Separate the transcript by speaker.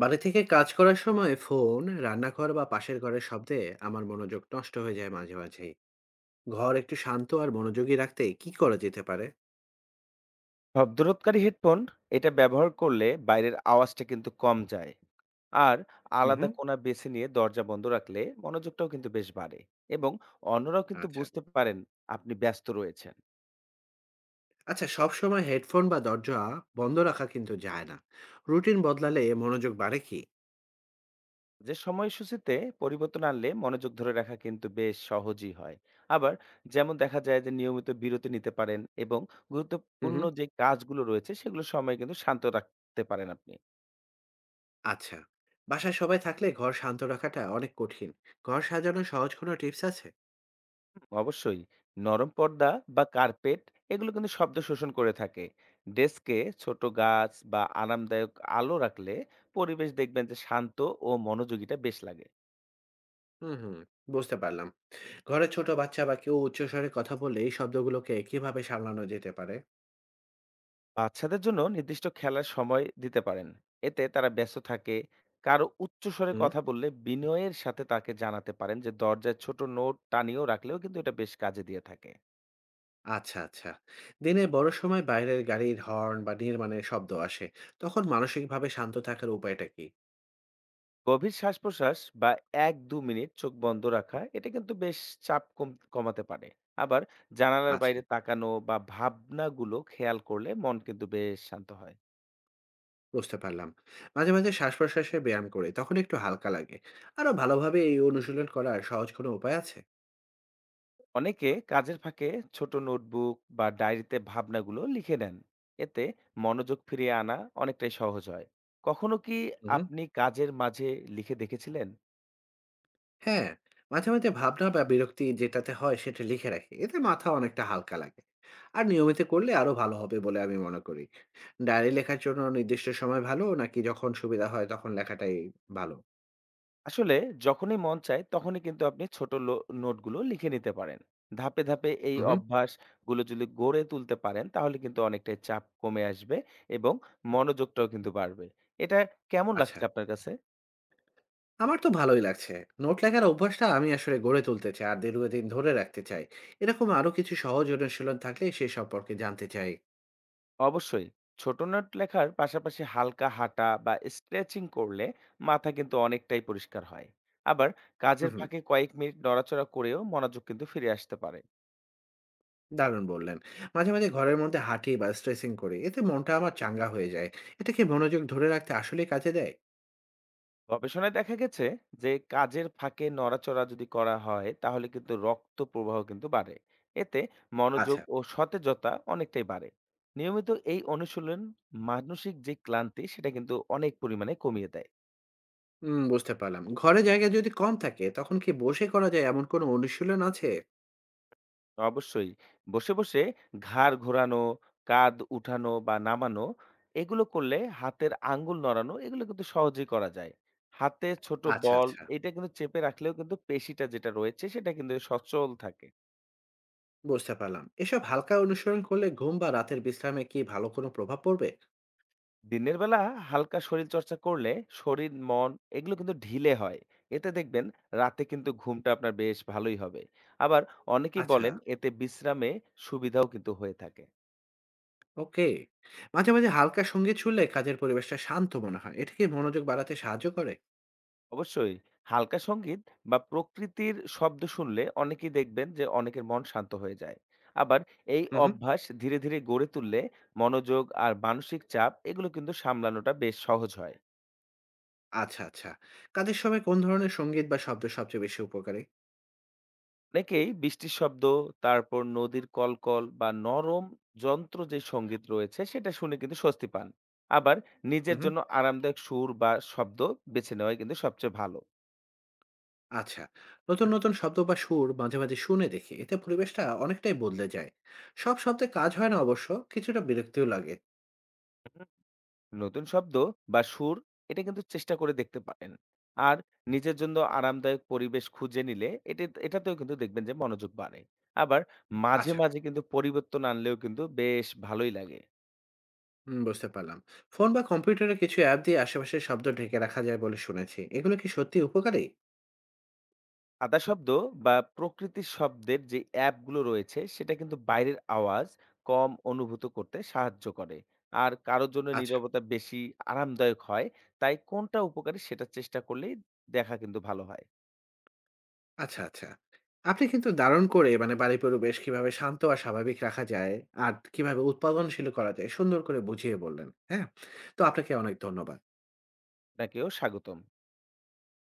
Speaker 1: বাড়ি থেকে কাজ করার সময় ফোন, রান্নাঘর বা পাশের ঘরের শব্দে আমার মনোযোগ নষ্ট হয়ে যায় মাঝে মাঝেই। ঘর একটু শান্ত আর মনোযোগী রাখতে কি করা যেতে পারে?
Speaker 2: শব্দরোধকারী হেডফোন এটা ব্যবহার করলে বাইরের আওয়াজটা কিন্তু কম যায়। আর
Speaker 1: হুম
Speaker 2: আলাদা
Speaker 1: হুম।
Speaker 2: কোণা বেছে নিয়ে দরজা বন্ধ রাখলে মনোযোগটাও কিন্তু বেশ বাড়ে। এবং অন্যরাও কিন্তু
Speaker 1: আচ্ছা,
Speaker 2: বুঝতে পারেন আপনি ব্যস্ত রয়েছেন।
Speaker 1: আচ্ছা সবসময় হেডফোন বা দরজা বন্ধ রাখা কিন্তু যায় না। রুটিন বদলালে মনোযোগ বাড়ে কি?
Speaker 2: যে সময়সূচিতে পরিবর্তন আনলে মনোযোগ ধরে রাখা কিন্তু বেশ সহজই হয়। আবার যেমন দেখা যায় যে নিয়মিত বিরতি নিতে পারেন এবং
Speaker 1: হুম
Speaker 2: গুরুত্বপূর্ণ
Speaker 1: হুম।
Speaker 2: যে কাজগুলো রয়েছে সেগুলো সময় কিন্তু শান্ত রাখতে পারেন আপনি।
Speaker 1: আচ্ছা, বাসায় সবাই থাকলে ঘর শান্ত রাখাটা অনেক কঠিন। ঘর সাজানোর সহজ কোনো টিপস আছে?
Speaker 2: অবশ্যই নরম পর্দা বা কার্পেট, এগুলো কিন্তু শব্দ শোষণ করে থাকে। ডেস্কে ছোট গাছ বা আরামদায়ক আলো রাখলে পরিবেশ দেখবেন যে শান্ত ও মনোযোগীটা বেশ লাগে।
Speaker 1: হুম, হুম, বুঝতে পারলাম। ঘরে ছোট বাচ্চা বা কেউ উচ্চস্বরে কথা বললে এই শব্দগুলোকে কিভাবে সামলানো যেতে পারে?
Speaker 2: বাচ্চাদের জন্য নির্দিষ্ট খেলার সময় দিতে পারেন, এতে তারা ব্যস্ত থাকে। কারো উচ্চ স্বরে
Speaker 1: হুম।
Speaker 2: কথা বললে বিনয়ের সাথে তাকে জানাতে পারেন, যে দরজায় ছোট নোট টানিয়েও রাখলেও কিন্তু এটা বেশ কাজে দিয়ে থাকে।
Speaker 1: আচ্ছা, আচ্ছা। দিনের বড় সময় বাইরের গাড়ির হর্ন বা নির্মাণের শব্দ আসে। তখন মানসিকভাবে শান্ত থাকার উপায়টা কি?
Speaker 2: গভীর শ্বাস-প্রশ্বাস বা ১-২ মিনিট চোখ বন্ধ রাখা এটা কিন্তু বেশ চাপ কম কমাতে পারে। আবার জানালার
Speaker 1: আচ্ছা,
Speaker 2: বাইরে তাকানো বা ভাবনাগুলো খেয়াল করলে মন কিন্তু বেশ শান্ত হয়।
Speaker 1: বুঝতে পারলাম। মাঝে, মাঝে শ্বাস-প্রশ্বাসের ব্যায়াম করি। তখন একটু হালকা লাগে। আরো ভালোভাবে এই অনুশীলন করার সহজ কোনো উপায় আছে?
Speaker 2: অনেকে কাজের ফাঁকে ছোট নোটবুক বা ডায়েরিতে ভাবনাগুলো লিখে নেন। এতে মনোযোগ ফিরিয়ে আনা অনেকটাই সহজ হয়। কখনো কি
Speaker 1: হুম, হুম।
Speaker 2: আপনি কাজের মাঝে লিখে দেখেছিলেন?
Speaker 1: হ্যাঁ, মাঝে, মাঝে ভাবনা বা বিরক্তি যেটাতে হয় সেটা লিখে রাখি। এতে মাথা অনেকটা হালকা লাগে। আর নিয়মিত করলে আরো ভালো হবে বলে আমি মনে করি। ডায়েরি লেখার জন্য নির্দিষ্ট সময় ভালো নাকি যখন সুবিধা হয় তখন লেখাটাই ভালো?
Speaker 2: আসলে যখনই মন চায় তখনই কিন্তু আপনি ছোট নোটগুলো লিখে নিতে পারেন। ধাপে ধাপে এই
Speaker 1: হুম, হুম।
Speaker 2: অভ্যাসগুলো যদি গড়ে তুলতে পারেন তাহলে কিন্তু অনেকটাই চাপ কমে আসবে এবং মনোযোগটাও কিন্তু বাড়বে। এটা কেমন
Speaker 1: আচ্ছা।
Speaker 2: লাগছে আপনার কাছে?
Speaker 1: আমার তো ভালোই লাগছে। নোট লেখার অভ্যাসটা আমি আসলে গড়ে তুলতে চাই আর দীর্ঘদিন ধরে রাখতে চাই। এরকম আরো কিছু সহজ অনুশীলন থাকলে সে সম্পর্কে জানতে চাই।
Speaker 2: অবশ্যই, ছোট নোট লেখার পাশাপাশি হালকা হাঁটা বা স্ট্রেচিং করলে মাথা কিন্তু অনেকটাই পরিষ্কার হয়। আবার কাজের
Speaker 1: হুম, হুম।
Speaker 2: ফাঁকে কয়েক মিনিট নড়াচড়া করেও মনোযোগ কিন্তু ফিরে আসতে পারে।
Speaker 1: দারুণ বললেন। মাঝে, মাঝে ঘরের মধ্যে হাঁটি বা স্ট্রেচিং করি। এতে মনটা আমার চাঙ্গা হয়ে যায়। এটা কি মনোযোগ ধরে রাখতে আসলেই কাজে দেয়?
Speaker 2: গবেষণায় দেখা গেছে যে কাজের ফাঁকে নড়াচড়া যদি করা হয় তাহলে কিন্তু রক্ত প্রবাহ কিন্তু বাড়ে। এতে মনোযোগ
Speaker 1: আচ্ছা,
Speaker 2: ও সতেজতা অনেকটাই বাড়ে। নিয়মিত এই অনুশীলন মানসিক যে ক্লান্তি সেটা কিন্তু অনেক পরিমাণে কমিয়ে দেয়।
Speaker 1: বুঝতে পারলাম। ঘরে জায়গা যদি কম থাকে তখন কি বসে করা যায় এমন কোনো অনুশীলন আছে?
Speaker 2: অবশ্যই, বসে বসে ঘাড় ঘোরানো, কাঁধ উঠানো বা নামানো, এগুলো করলে, হাতের আঙ্গুল নড়ানো, এগুলো কিন্তু সহজেই করা যায়। হাতে ছোট
Speaker 1: আচ্ছা,
Speaker 2: বল,
Speaker 1: আচ্ছা।
Speaker 2: এটা কিন্তু চেপে রাখলেও কিন্তু পেশিটা যেটা রয়েছে সেটা কিন্তু সচল থাকে।
Speaker 1: বুঝতে পারলাম। এসব হালকা অনুসরণ করলে ঘুম বা রাতের বিশ্রামে কি ভালো কোনো প্রভাব পড়বে?
Speaker 2: দিনের বেলা হালকা শরীর চর্চা করলে শরীর মন এগুলো কিন্তু ঢিলে হয়। এতে দেখবেন রাতে কিন্তু ঘুমটা আপনার বেশ ভালোই হবে। আবার অনেকেই
Speaker 1: আচ্ছা।
Speaker 2: বলেন এতে বিশ্রামে সুবিধাও কিন্তু হয়ে থাকে।
Speaker 1: ওকে। মাঝে, মাঝে হালকা সংগীত শুনলে কাজের পরিবেশটা শান্ত মনে হয়। এটা কি মনোযোগ বাড়াতে সাহায্য করে?
Speaker 2: অবশ্যই, হালকা সঙ্গীত বা প্রকৃতির শব্দ শুনলে অনেকেই দেখবেন যে অনেকের মন শান্ত হয়ে যায়। আবার এই
Speaker 1: হুম, হুম।
Speaker 2: অভ্যাস ধীরে ধীরে গড়ে তুললে মনোযোগ আর মানসিক চাপ এগুলো কিন্তু সামলানোটা বেশ সহজ হয়।
Speaker 1: আচ্ছা, আচ্ছা। কাজের সময় কোন ধরনের সংগীত বা শব্দ সবচেয়ে বেশি উপকারী?
Speaker 2: অনেকেই বৃষ্টির শব্দ, তারপর নদীর কলকল বা নরম যন্ত্র যে সঙ্গীত রয়েছে সেটা শুনে কিন্তু স্বস্তি পান। আবার নিজের
Speaker 1: হুম, হুম।
Speaker 2: জন্য আরামদায়ক সুর বা শব্দ বেছে নেওয়াই কিন্তু সবচেয়ে ভালো।
Speaker 1: আচ্ছা। নতুন, নতুন শব্দ বা সুর মাঝে, মাঝে শুনে দেখি। এতে পরিবেশটা অনেকটাই বদলে যায়। সব শব্দে কাজ হয় না অবশ্য, কিছুটা বিরক্তিও লাগে।
Speaker 2: হুম। নতুন শব্দ বা সুর, এটা কিন্তু চেষ্টা করে দেখতে পারেন। আর নিজের জন্য আরামদায়ক পরিবেশ খুঁজে নিলে এটাতেও কিন্তু দেখবেন যে মনোযোগ বাড়ে। আবার মাঝে
Speaker 1: আচ্ছা,
Speaker 2: মাঝে কিন্তু পরিবর্তন আনলেও কিন্তু বেশ ভালোই লাগে।
Speaker 1: হুম, বুঝতে পারলাম। ফোন বা কম্পিউটারে কিছু অ্যাপ দিয়ে আশেপাশের শব্দ ঢেকে রাখা যায় বলে শুনেছি। এগুলো কি সত্যিই উপকারী?
Speaker 2: সাদা শব্দ বা প্রকৃতির শব্দের যে অ্যাপগুলো রয়েছে সেটা কিন্তু বাইরের আওয়াজ কম অনুভূত করতে সাহায্য করে। আর কারোর জন্য
Speaker 1: আচ্ছা।
Speaker 2: নীরবতা বেশি আরামদায়ক হয়। তাই কোনটা উপকারী সেটা চেষ্টা করলেই দেখা কিন্তু ভালো হয়।
Speaker 1: আচ্ছা, আচ্ছা। আপনি কিন্তু দারুণ করে মানে বাড়ির পরিবেশ কিভাবে শান্ত আর স্বাভাবিক রাখা যায় আর কিভাবে উৎপাদনশীল করা যায় সুন্দর করে বুঝিয়ে বললেন। হ্যাঁ? তো আপনাকে অনেক ধন্যবাদ।
Speaker 2: আপনাকেও স্বাগতম।